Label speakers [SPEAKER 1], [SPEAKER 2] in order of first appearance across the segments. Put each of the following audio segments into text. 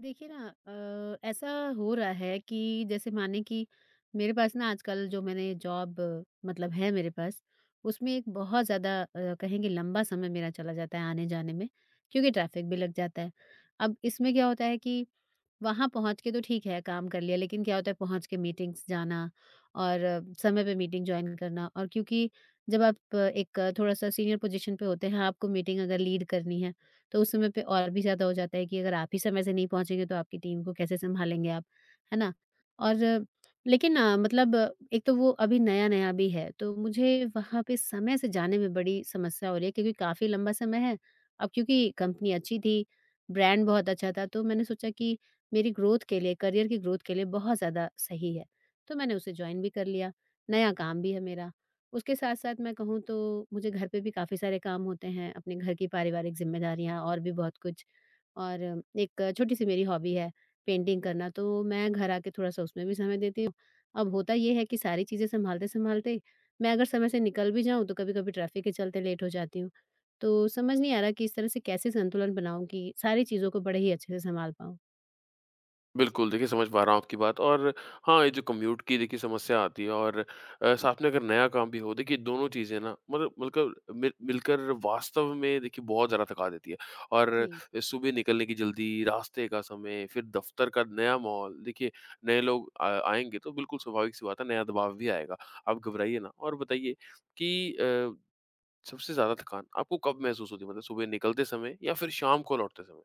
[SPEAKER 1] देखिए ना ऐसा हो रहा है कि जैसे माने कि मेरे पास ना आजकल जो मैंने जॉब मतलब है मेरे पास। उसमें एक बहुत ज़्यादा कहेंगे लंबा समय मेरा चला जाता है आने जाने में, क्योंकि ट्रैफिक भी लग जाता है। अब इसमें क्या होता है कि वहाँ पहुँच के तो ठीक है, काम कर लिया, लेकिन क्या होता है पहुँच के मीटिंग्स जाना और समय पे मीटिंग जॉइन करना। और क्योंकि जब आप एक थोड़ा-सा सीनियर पोज़ीशन पे होते हैं, आपको मीटिंग अगर लीड करनी है, तो उस समय पे और भी ज़्यादा हो जाता है कि अगर आप ही समय से नहीं पहुँचेंगे, तो आपकी टीम को कैसे सँभालेंगे आप, है ना? और लेकिन मतलब एक तो वो अभी नया-नया भी है, तो मुझे वहाँ पे समय से जाने में बड़ी समस्या हो रही है क्योंकि काफ़ी लंबा समय है। अब क्योंकि कंपनी अच्छी थी, ब्रांड बहुत अच्छा था, तो मैंने सोचा कि मेरी ग्रोथ के लिए, करियर की ग्रोथ के लिए बहुत ज़्यादा सही है। तो मैंने उसे जॉइन भी कर लिया, नया काम भी है मेरा। उसके साथ-साथ मैं कहूँ तो मुझे घर पे भी काफ़ी सारे काम होते हैं, अपने घर की पारिवारिक ज़िम्मेदारियाँ और भी बहुत कुछ। और एक छोटी-सी मेरी हॉबी है पेंटिंग करना, तो मैं घर आके थोड़ा-सा उसमें भी समय देती हूँ। अब होता ये है कि सारी चीज़ें सँभालते-सँभालते मैं अगर समय से निकल भी जाऊँ, तो कभी-कभी ट्रैफ़िक के चलते लेट हो जाती हूँ। तो समझ नहीं आ रहा कि इस तरह से कैसे संतुलन बनाऊँ कि सारी चीज़ों को बड़े ही अच्छे से सँभाल पाऊँ?
[SPEAKER 2] बिल्कुल, देखिए समझ पा रहा हूँ आपकी बात। और हाँ, ये जो कम्यूट की देखिए समस्या आती है, और साथ में अगर नया काम भी हो, देखिए दोनों चीज़ें ना मतलब मिलकर वास्तव में देखिए बहुत ज़्यादा थका देती है। और
[SPEAKER 1] जी।
[SPEAKER 2] सुबह निकलने की जल्दी, रास्ते का समय, फिर दफ्तर का नया माहौल, देखिए नए लोग आएँगे तो बिल्कुल स्वाभाविक-सी बात है, नया दबाव भी आएगा। आप घबराइए ना और बताइए कि सबसे ज़्यादा थकान आपको कब महसूस होती है? मतलब सुबह निकलते समय या फिर शाम को लौटते समय?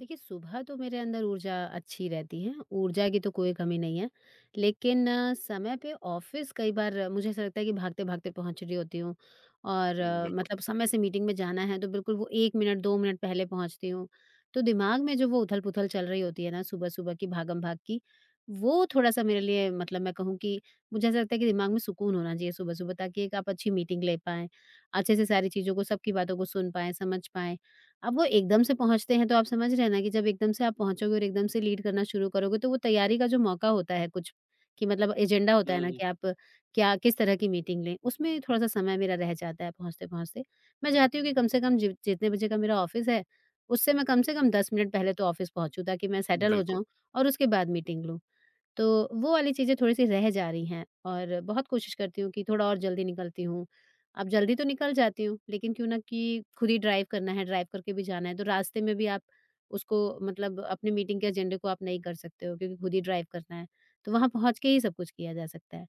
[SPEAKER 1] देखिए, सुबह तो मेरे अंदर ऊर्जा अच्छी रहती है, ऊर्जा की तो कोई कमी नहीं है। लेकिन समय पे ऑफ़िस कई बार मुझे ऐसा लगता है कि भागते-भागते पहुँच रही होती हूँ और
[SPEAKER 2] हुँ, बिल्कुल।
[SPEAKER 1] मतलब समय से मीटिंग में जाना है, तो बिल्कुल वो 1 मिनट, 2 मिनट पहले पहुँचती हूँ। तो दिमाग में जो वो उथल-पुथल चल रही होती है ना सुबह-सुबह की भागम-भाग की, वो थोड़ा-सा मेरे लिए मतलब मैं कहूँ कि मुझे ऐसा लगता है कि दिमाग में सुकून होना चाहिए सुबह-सुबह, ताकि एक आप अच्छी मीटिंग ले पाएँ, अच्छे से सारी चीज़ों को, सबकी बातों को सुन पाएँ, समझ पाएँ। अब वो एकदम से पहुँचते हैं तो आप समझ रहे हैं ना कि जब एकदम से आप पहुँचोगे और एकदम से लीड करना शुरू करोगे, तो वो तैयारी का जो मौका होता है कुछ कि मतलब एजेंडा
[SPEAKER 2] हुँ,
[SPEAKER 1] होता है ना
[SPEAKER 2] हुँ,
[SPEAKER 1] कि आप क्या किस तरह की मीटिंग लें, उसमें थोड़ा सा समय मेरा रह जाता है पहुँचते-पहुँचते। मैं चाहती हूँ कि कम से कम जि जितने बजे का मेरा ऑफ़िस है उससे मैं कम से कम 10 मिनट पहले तो ऑफ़िस पहुँचूँ, ताकि मैं सेटल हो
[SPEAKER 2] बिल्कुल।
[SPEAKER 1] जाऊँ और उसके बाद मीटिंग लूँ। तो वो वाली चीज़ें थोड़ी-सी रह जा रही हैं और बहुत कोशिश करती हूँ कि थोड़ा और जल्दी निकलती हूँ। अब जल्दी तो निकल जाती हूँ, लेकिन क्यों ना कि खुद ही ड्राइव करना है, ड्राइव करके भी जाना है, तो रास्ते में भी आप उसको मतलब अपनी मीटिंग के एजेंडे को आप नहीं कर सकते हो, क्योंकि खुद ही ड्राइव करना है। तो वहाँ पहुँच के ही सब कुछ किया जा सकता है।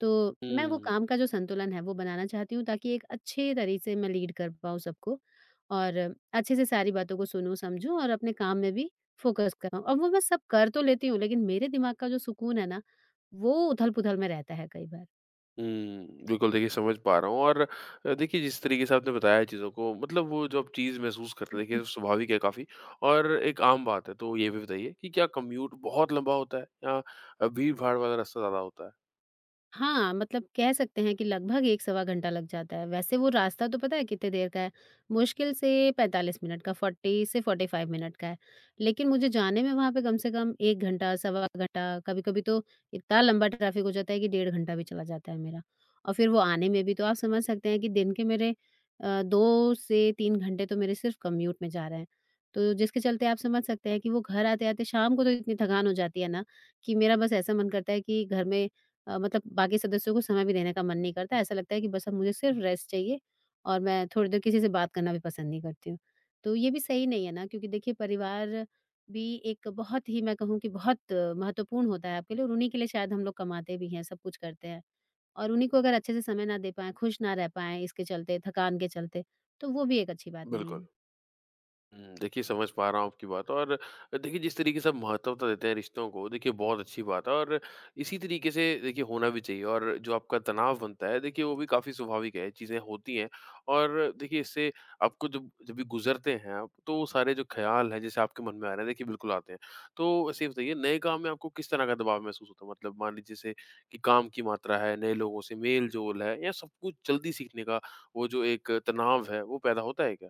[SPEAKER 1] तो मैं वो
[SPEAKER 2] हुँ।
[SPEAKER 1] काम का जो संतुलन है वो बनाना चाहती हूँ, ताकि एक अच्छे तरीके से मैं लीड कर पाऊँ सबको और अच्छे से सारी बातों को सुनूँ, समझूँ और अपने काम में भी फोकस कर पाऊँ। अब वो मैं सब कर तो लेती हूँ, लेकिन मेरे दिमाग का जो सुकून है ना, वो उथल-पुथल में रहता है कई बार।
[SPEAKER 2] हुँ, बिल्कुल देखिए समझ पा रहा हूँ। और देखिए जिस तरीके से आपने बताया चीज़ों को, मतलब वो जो आप चीज़ महसूस करते हैं, देखिए स्वाभाविक है काफ़ी, और एक आम बात है। तो ये भी बताइए कि क्या कम्यूट बहुत लंबा होता है या भीड़-भाड़ वाला रास्ता ज़्यादा होता है?
[SPEAKER 1] हाँ, मतलब कह सकते हैं कि लगभग 1 सवा घंटा लग जाता है। वैसे वो रास्ता तो पता है कितने देर का है? मुश्किल से 45 मिनट का, 40 से 45 मिनट का है। लेकिन मुझे जाने में वहाँ पे कम से कम 1 घंटा, सवा घंटा, कभी-कभी तो इतना लंबा ट्रैफ़िक हो जाता है कि डेढ़ घंटा भी चला जाता है मेरा। और फिर वो आने में भी तो आप समझ सकते हैं कि दिन के मेरे 2 से 3 घंटे तो मेरे सिर्फ़ कम्यूट में जा रहे हैं। तो जिसके चलते आप समझ सकते हैं कि वो घर आते-आते शाम को तो इतनी थकान हो जाती है ना, कि मेरा बस ऐसा मन करता है कि घर में मतलब बाकी सदस्यों को समय भी देने का मन नहीं करता। ऐसा लगता है कि बस अब मुझे सिर्फ रेस्ट चाहिए और मैं थोड़ी देर किसी से बात करना भी पसंद नहीं करती हूँ। तो ये भी सही नहीं है ना, क्योंकि देखिए परिवार भी एक बहुत ही मैं कहूँ कि बहुत महत्वपूर्ण होता है आपके लिए और उन्हीं के लिए शायद हम लोग कमाते भी हैं, सब कुछ करते हैं। और उन्हीं को अगर अच्छे से समय ना दे पाएँ, खुश ना रह पाएँ इसके चलते, थकान के चलते, तो वो भी एक अच्छी बात नहीं
[SPEAKER 2] बिल्कुल।
[SPEAKER 1] है।
[SPEAKER 2] हुँ, देखिए समझ पा रहा हूँ आपकी बात। और देखिए जिस तरीके से आप महत्वता देते हैं रिश्तों को, देखिए बहुत अच्छी बात है। और इसी तरीके से देखिए होना भी चाहिए। और जो आपका तनाव बनता है, देखिए वो भी काफ़ी स्वाभाविक है, चीज़ें होती हैं। और देखिए इससे आपको जब जब भी गुज़रते हैं आप, तो वो सारे जो ख़्याल हैं जैसे आपके मन में आ रहे हैं, देखिए बिल्कुल आते हैं। तो ऐसे ही बताइए, नए काम में आपको किस तरह का दबाव महसूस होता है? मतलब मान लीजिए जैसे कि काम की मात्रा है, नए लोगों से मेल-जोल है, या सब कुछ जल्दी सीखने का वो जो एक तनाव है वो पैदा होता है क्या?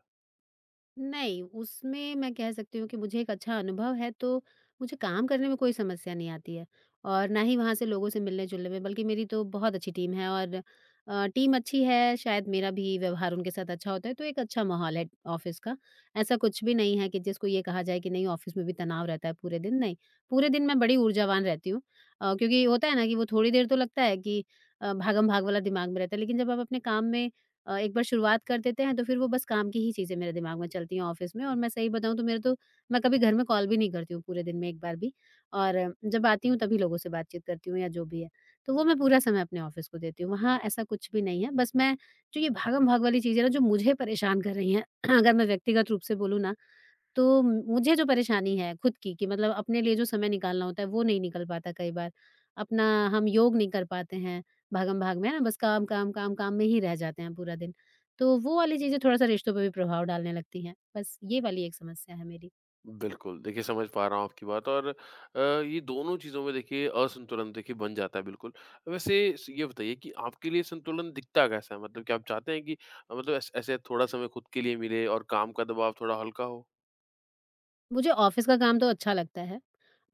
[SPEAKER 1] नहीं, उसमें मैं कह सकती हूँ कि मुझे एक अच्छा अनुभव है, तो मुझे काम करने में कोई समस्या नहीं आती है और ना ही वहाँ से लोगों से मिलने-जुलने में, बल्कि मेरी तो बहुत अच्छी टीम है और टीम अच्छी है, शायद मेरा भी व्यवहार उनके साथ अच्छा होता है, तो एक अच्छा माहौल है ऑफ़िस का। ऐसा कुछ भी नहीं है कि जिसको ये कहा जाए कि नहीं, ऑफ़िस में भी तनाव रहता है पूरे दिन, नहीं। पूरे दिन मैं बड़ी ऊर्जावान रहती हूँ क्योंकि होता है ना कि वो थोड़ी देर तो लगता है कि भागम-भाग वाला दिमाग में रहता है, लेकिन जब आप अपने काम में एक बार शुरुआत कर देते हैं तो फिर वो बस काम की ही चीज़ें मेरे दिमाग में चलती हैं ऑफिस में, और मैं सही बताऊँ तो मेरे तो मैं कभी घर में कॉल भी नहीं करती हूँ पूरे दिन में एक बार भी और जब आती हूँ तभी लोगों से बातचीत करती हूँ या जो भी है। तो वो मैं पूरा समय अपने ऑफिस को देती हूँ, वहाँ ऐसा कुछ भी नहीं है। बस मैं जो ये भागम-भाग वाली चीज़ें हैं ना जो मुझे परेशान कर रही हैं, अगर मैं व्यक्तिगत रूप से बोलूँ ना, तो मुझे जो परेशानी है खुद की कि मतलब अपने लिए जो समय निकालना होता है वो नहीं निकल पाता कई बार। अपना हम योग नहीं कर पाते हैं, भागम-भाग में है ना, बस काम, काम, काम, काम में ही रह जाते हैं पूरा दिन। तो वो वाली चीज़ें थोड़ा-सा रिश्तों पे भी प्रभाव डालने लगती हैं। बस ये वाली एक समस्या है मेरी।
[SPEAKER 2] बिल्कुल। देखिए, समझ पा रहा हूँ आपकी बात। और ये दोनों चीज़ों में देखिए असंतुलन देखिए बन जाता है बिल्कुल। वैसे स ये बताइए कि आपके लिए संतुलन दिखता कैसा है? मतलब क्या आप चाहते हैं कि मतलब ऐस ऐसे थोड़ा समय खुद के लिए मिले और काम का दबाव थोड़ा हल्का हो?
[SPEAKER 1] मुझे ऑफिस का काम तो अच्छा लगता है।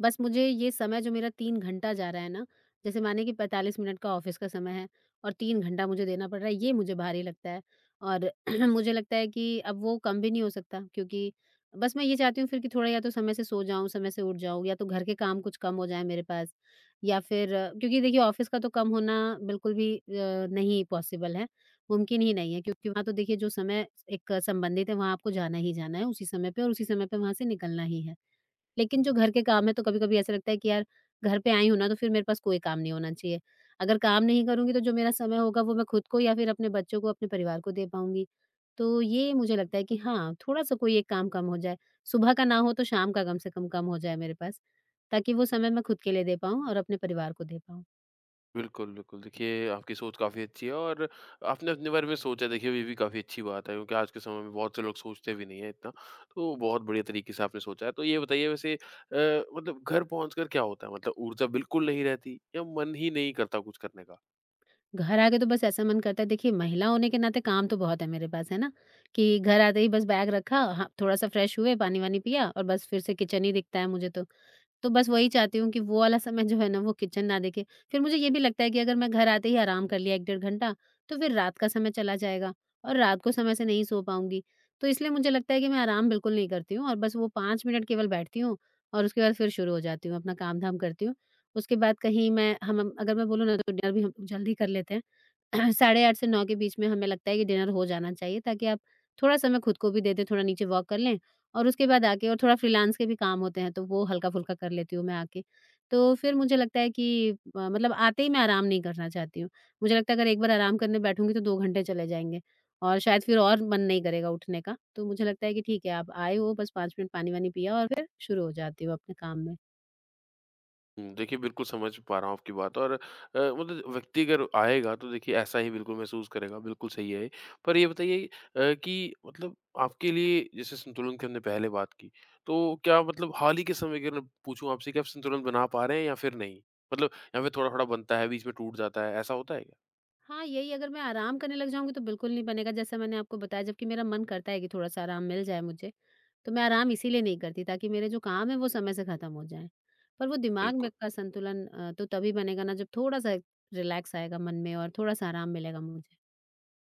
[SPEAKER 1] बस मुझे ये समय जो मेरा 3 घंटा जा रहा है ना, जैसे माने कि 45 मिनट का ऑफिस का समय है और 3 घंटा मुझे देना पड़ रहा है, ये मुझे भारी लगता है। और मुझे लगता है कि अब वो कम भी नहीं हो सकता, क्योंकि बस मैं ये चाहती हूँ फिर कि थोड़ा या तो समय से सो जाऊँ, समय से उठ जाऊँ, या तो घर के काम कुछ कम हो जाएँ मेरे पास, या फिर क्योंकि देखिए ऑफिस का तो कम होना बिल्कुल भी नहीं पॉसिबल है। मुमकिन ही नहीं है, क्योंकि वहाँ तो देखिए जो समय एक संबंधित है वहाँ आपको जाना ही जाना है उसी समय पे और उसी समय पे वहाँ से निकलना ही है। लेकिन जो घर के काम है तो कभी-कभी ऐसा लगता है कि यार, घर पे आई हूँ ना तो फिर मेरे पास कोई काम नहीं होना चाहिए। अगर काम नहीं करूँगी तो जो मेरा समय होगा वो मैं खुद को या फिर अपने बच्चों को, अपने परिवार को दे पाऊँगी। तो ये मुझे लगता है कि हाँ, थोड़ा-सा कोई एक काम कम हो जाए। सुबह का ना हो तो शाम का कम से कम, कम हो जाए मेरे पास, ताकि वो समय मैं खुद के लिए दे पाऊँ और अपने परिवार को दे पाऊँ।
[SPEAKER 2] बिल्कुल, बिल्कुल। देखिए, आपकी सोच काफ़ी अच्छी है। और आपने अपने बारे में सोचा, देखिए ये भी काफ़ी अच्छी बात है, क्योंकि आज के समय में बहुत से लोग सोचते भी नहीं हैं इतना। तो बहुत बढ़िया तरीके से आपने सोचा है। तो ये बताइए वैसे मतलब घर पहुँच कर क्या होता है? मतलब ऊर्जा बिल्कुल नहीं रहती या मन ही नहीं करता कुछ करने का?
[SPEAKER 1] घर आके तो बस ऐसा मन करता है, देखिए महिला होने के नाते काम तो बहुत है मेरे पास, है ना? कि घर आते ही बस बैग रखा, हाँ, थोड़ा-सा फ्रेश हुए, पानी-वानी पिया और बस फिर से किचन ही दिखता है मुझे तो। तो बस वही चाहती हूँ कि वो वाला समय जो है ना, वो किचन ना देखे। फिर मुझे ये भी लगता है कि अगर मैं घर आते ही आराम कर लिया 1 डेढ़ घंटा, तो फिर रात का समय चला जाएगा और रात को समय से नहीं सो पाऊँगी। तो इसलिए मुझे लगता है कि मैं आराम बिल्कुल नहीं करती हूँ और बस वो 5 मिनट केवल बैठती हूँ और उसके बाद फिर शुरू हो जाती हूँ, अपना काम-धाम करती हूँ। उसके बाद कहीं मैं हम अगर मैं बोलूँ ना, तो डिनर भी हम जल्दी कर लेते हैं। 8:30 से 9 के बीच में हमें लगता है कि डिनर हो जाना चाहिए, ताकि आप थोड़ा समय खुद को भी दे दें, थोड़ा नीचे वॉक कर लें और उसके बाद आके और थोड़ा फ्रीलांस के भी काम होते हैं, तो वो हल्का-फुल्का कर लेती हूँ मैं आके। तो फिर मुझे लगता है कि मतलब आते ही मैं आराम नहीं करना चाहती हूँ। मुझे लगता है अगर एक बार आराम करने बैठूँगी तो 2 घंटे चले जाएँगे और शायद फिर और मन नहीं करेगा उठने का। तो मुझे लगता है कि ठीक है, आप आए हो बस 5 मिनट पानी-वानी पिया और फिर शुरू हो जाती हूँ अपने काम में।
[SPEAKER 2] हुँ, देखिए बिल्कुल समझ पा रहा हूँ आपकी बात। और मतलब व्यक्ति अगर आएगा तो देखिए ऐसा ही बिल्कुल महसूस करेगा, बिल्कुल सही है ये। पर ये बताइए कि मतलब आपके लिए जैसे संतुलन की हमने पहले बात की, तो क्या मतलब हाल ही के समय की अगर मैं पूछूँ आपसे कि आप संतुलन बना पा रहे हैं या फिर नहीं? मतलब या फिर थोड़ा-थोड़ा बनता है, बीच में टूट जाता है, ऐसा होता है क्या?
[SPEAKER 1] हाँ, यही अगर मैं आराम करने लग जाऊँगी तो बिल्कुल नहीं बनेगा, जैसा मैंने आपको बताया, जबकि मेरा मन करता है कि थोड़ा-सा आराम मिल जाए मुझे, तो मैं आराम इसीलिए नहीं करती ताकि मेरे जो काम हैं वो समय से ख़त्म हो जाएँ। पर वो दिमाग में
[SPEAKER 2] बिल्कुल।
[SPEAKER 1] का संतुलन तो तभी बनेगा ना जब थोड़ा-सा रिलैक्स आएगा मन में और थोड़ा-सा आराम मिलेगा मुझे।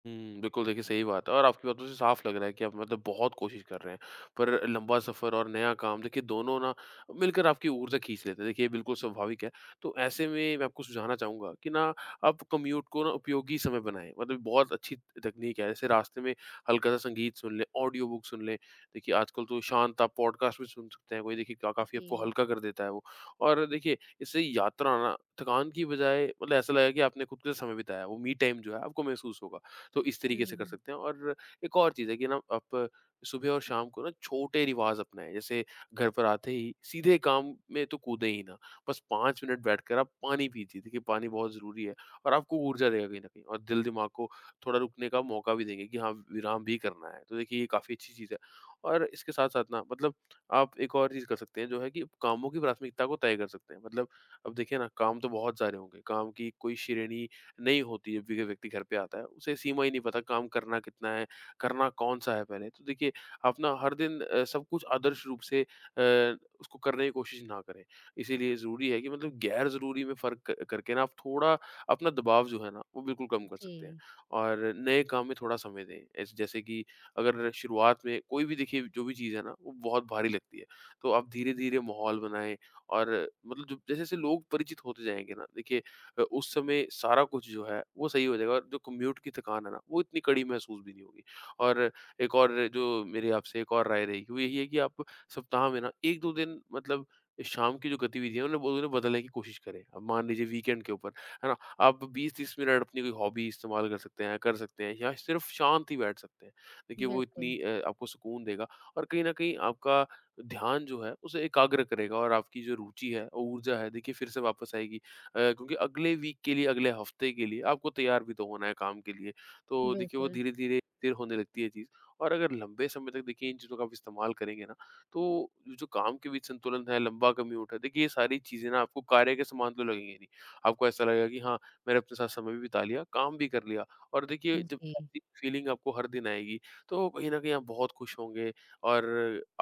[SPEAKER 2] हुँ, बिल्कुल देखिए सही बात है। और आपकी बातों से साफ़ लग रहा है कि आप मतलब बहुत कोशिश कर रहे हैं। पर लंबा सफ़र और नया काम, देखिए दोनों ना मिलकर आपकी ऊर्जा खींच लेते हैं। देखिए ये बिल्कुल स्वाभाविक है। तो ऐसे में मैं आपको सुझाना चाहूँगा कि ना आप कम्यूट को ना उपयोगी समय बनाएँ। मतलब बहुत अच्छी तकनीक है। जैसे रास्ते में हल्का-सा संगीत सुन लें, ऑडियो बुक सुन लें। देखिए आजकल तो शांत आप पॉडकास्ट भी सुन सकते हैं। वही देखिए का काफ़ी
[SPEAKER 1] जी।
[SPEAKER 2] आपको हल्का कर देता है वो। और देखिए इससे यात्रा ना थकान की बजाय मतलब ऐसा लगेगा कि आपने खुद के साथ समय बिताया। वो मी टाइम जो है आपको महसूस होगा। तो इस तरीके से कर
[SPEAKER 1] हुँ,
[SPEAKER 2] सकते हैं। और एक और चीज़ है कि ना आप सुबह और शाम को ना छोटे रिवाज अपनाएं, जैसे घर पर आते ही सीधे काम में तो कूदें ही ना। बस 5 मिनट बैठकर आप पानी पीजिए, देखिए पानी बहुत ज़रूरी है और आपको ऊर्जा देगा कहीं ना कहीं। और दिल दिमाग को थोड़ा रुकने का मौका भी देंगे कि हाँ विराम भी करना है, तो देखिए ये काफ़ी अच्छी चीज़ है। और इसके साथ साथ ना मतलब आप एक और चीज़ कर सकते हैं जो है कि कामों की प्राथमिकता को तय कर सकते हैं। मतलब अब देखिए ना काम तो बहुत सारे होंगे, काम की कोई श्रेणी नहीं होती है। भी व्यक्ति घर पे आता है, उसे सीमा ही नहीं पता काम करना कितना है, करना कौन-सा है पहले। तो देखिए, आप ना हर दिन सब कुछ आदर्श रूप से उसको करने की कोशिश ना करें। इसीलिए ज़रूरी है कि मतलब गैर ज़रूरी में फ़र्क क करके ना आप थोड़ा अपना दबाव जो है ना, वो बिल्कुल कम कर सकते हैं।
[SPEAKER 1] जी,
[SPEAKER 2] और नए काम में थोड़ा समय दें। ऐस जैसे कि अगर शुरुआत में कोई भी देखिए जो भी चीज़ है ना, वो बहुत भारी लगती है, तो आप धीरे-धीरे माहौल बनाएँ। और मतलब जो जैसे-जैसे लोग परिचित होते जाएँगे ना, देखिए उस समय सारा कुछ जो है वो सही हो जाएगा, और जो कम्यूट की थकान है ना वो इतनी कड़ी महसूस भी नहीं होगी। और एक और जो मेरी आपसे एक और राय रहेगी वो यही है कि आप सप्ताह में ना 1-2 दिन मतलब शाम की जो गतिविधियाँ हैं उन्हें बदलने की कोशिश करें। अब मान लीजिए वीकेंड के ऊपर, है ना? आप 20-30 मिनट अपनी कोई हॉबी इस्तेमाल कर सकते हैं या सिर्फ़ शांत ही बैठ सकते हैं। देखिए वो
[SPEAKER 1] बिल्कुल,
[SPEAKER 2] इतनी आपको सुकून देगा। और कहीं न कहीं आपका ध्यान जो है उसे एकाग्र करेगा, और आपकी जो रुचि है, और ऊर्जा है, देखिए फिर से वापस आएगी। क्योंकि अगले वीक के लिए, अगले हफ्ते के लिए आपको तैयार भी तो होना है काम के लिए। तो देखिए वो
[SPEAKER 1] बिल्कुल।
[SPEAKER 2] धीरे-धीरे स्थिर होने लगती है चीज़। और अगर लंबे समय तक देखिए इन चीज़ों का आप इस्तेमाल करेंगे ना, तो जो काम के बीच संतुलन है, लंबा कम्यूट है, देखिए ये सारी चीज़ें ना आपको कार्य के समान तो लगेंगी नहीं। आपको ऐसा लगेगा कि हाँ, मैंने अपने साथ समय भी बिता लिया, काम भी कर लिया। और देखिए जब
[SPEAKER 1] जी,
[SPEAKER 2] ऐसी फीलिंग आपको हर दिन आएगी, तो कहीं न कहीं आप बहुत खुश होंगे। और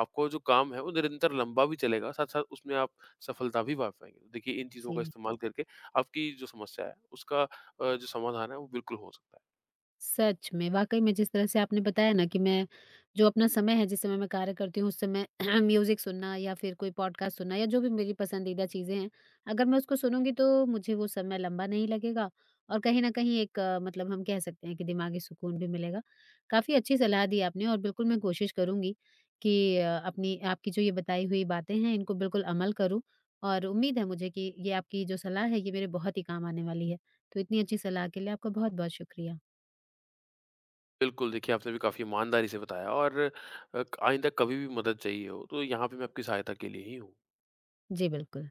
[SPEAKER 2] आपको जो काम है वो निरंतर लंबा भी चलेगा, साथ-साथ उसमें आप सफलता भी पा पाएँगे। देखिए इन चीज़ों का
[SPEAKER 1] जी।
[SPEAKER 2] इस्तेमाल करके आपकी जो समस्या है उसका जो समाधान है वो बिल्कुल हो सकता है।
[SPEAKER 1] सच में, वाक़ई में जिस तरह से आपने बताया ना कि मैं जो अपना समय है, जिस समय मैं कार्य करती हूँ, उस समय म्यूज़िक सुनना या फिर कोई पॉडकास्ट सुनना या जो भी मेरी पसंदीदा चीज़ें हैं, अगर मैं उसको सुनूँगी तो मुझे वो समय लंबा नहीं लगेगा और कहीं न कहीं एक मतलब हम कह सकते हैं कि दिमागी सुकून भी मिलेगा। काफ़ी अच्छी सलाह दी आपने और बिल्कुल मैं कोशिश करूँगी कि अपनी आपकी जो ये बताई हुई बातें हैं, इनको बिल्कुल अमल करूँ और उम्मीद है मुझे कि ये आपकी जो सलाह है, ये मेरे बहुत ही काम आने वाली है। तो इतनी अच्छी सलाह के लिए आपका बहुत-बहुत शुक्रिया।
[SPEAKER 2] बिल्कुल, देखिए आपने भी काफ़ी ईमानदारी से बताया। और आइंदा कभी भी मदद चाहिए हो तो यहाँ पे मैं आपकी सहायता के लिए ही हूँ।
[SPEAKER 1] जी, बिल्कुल।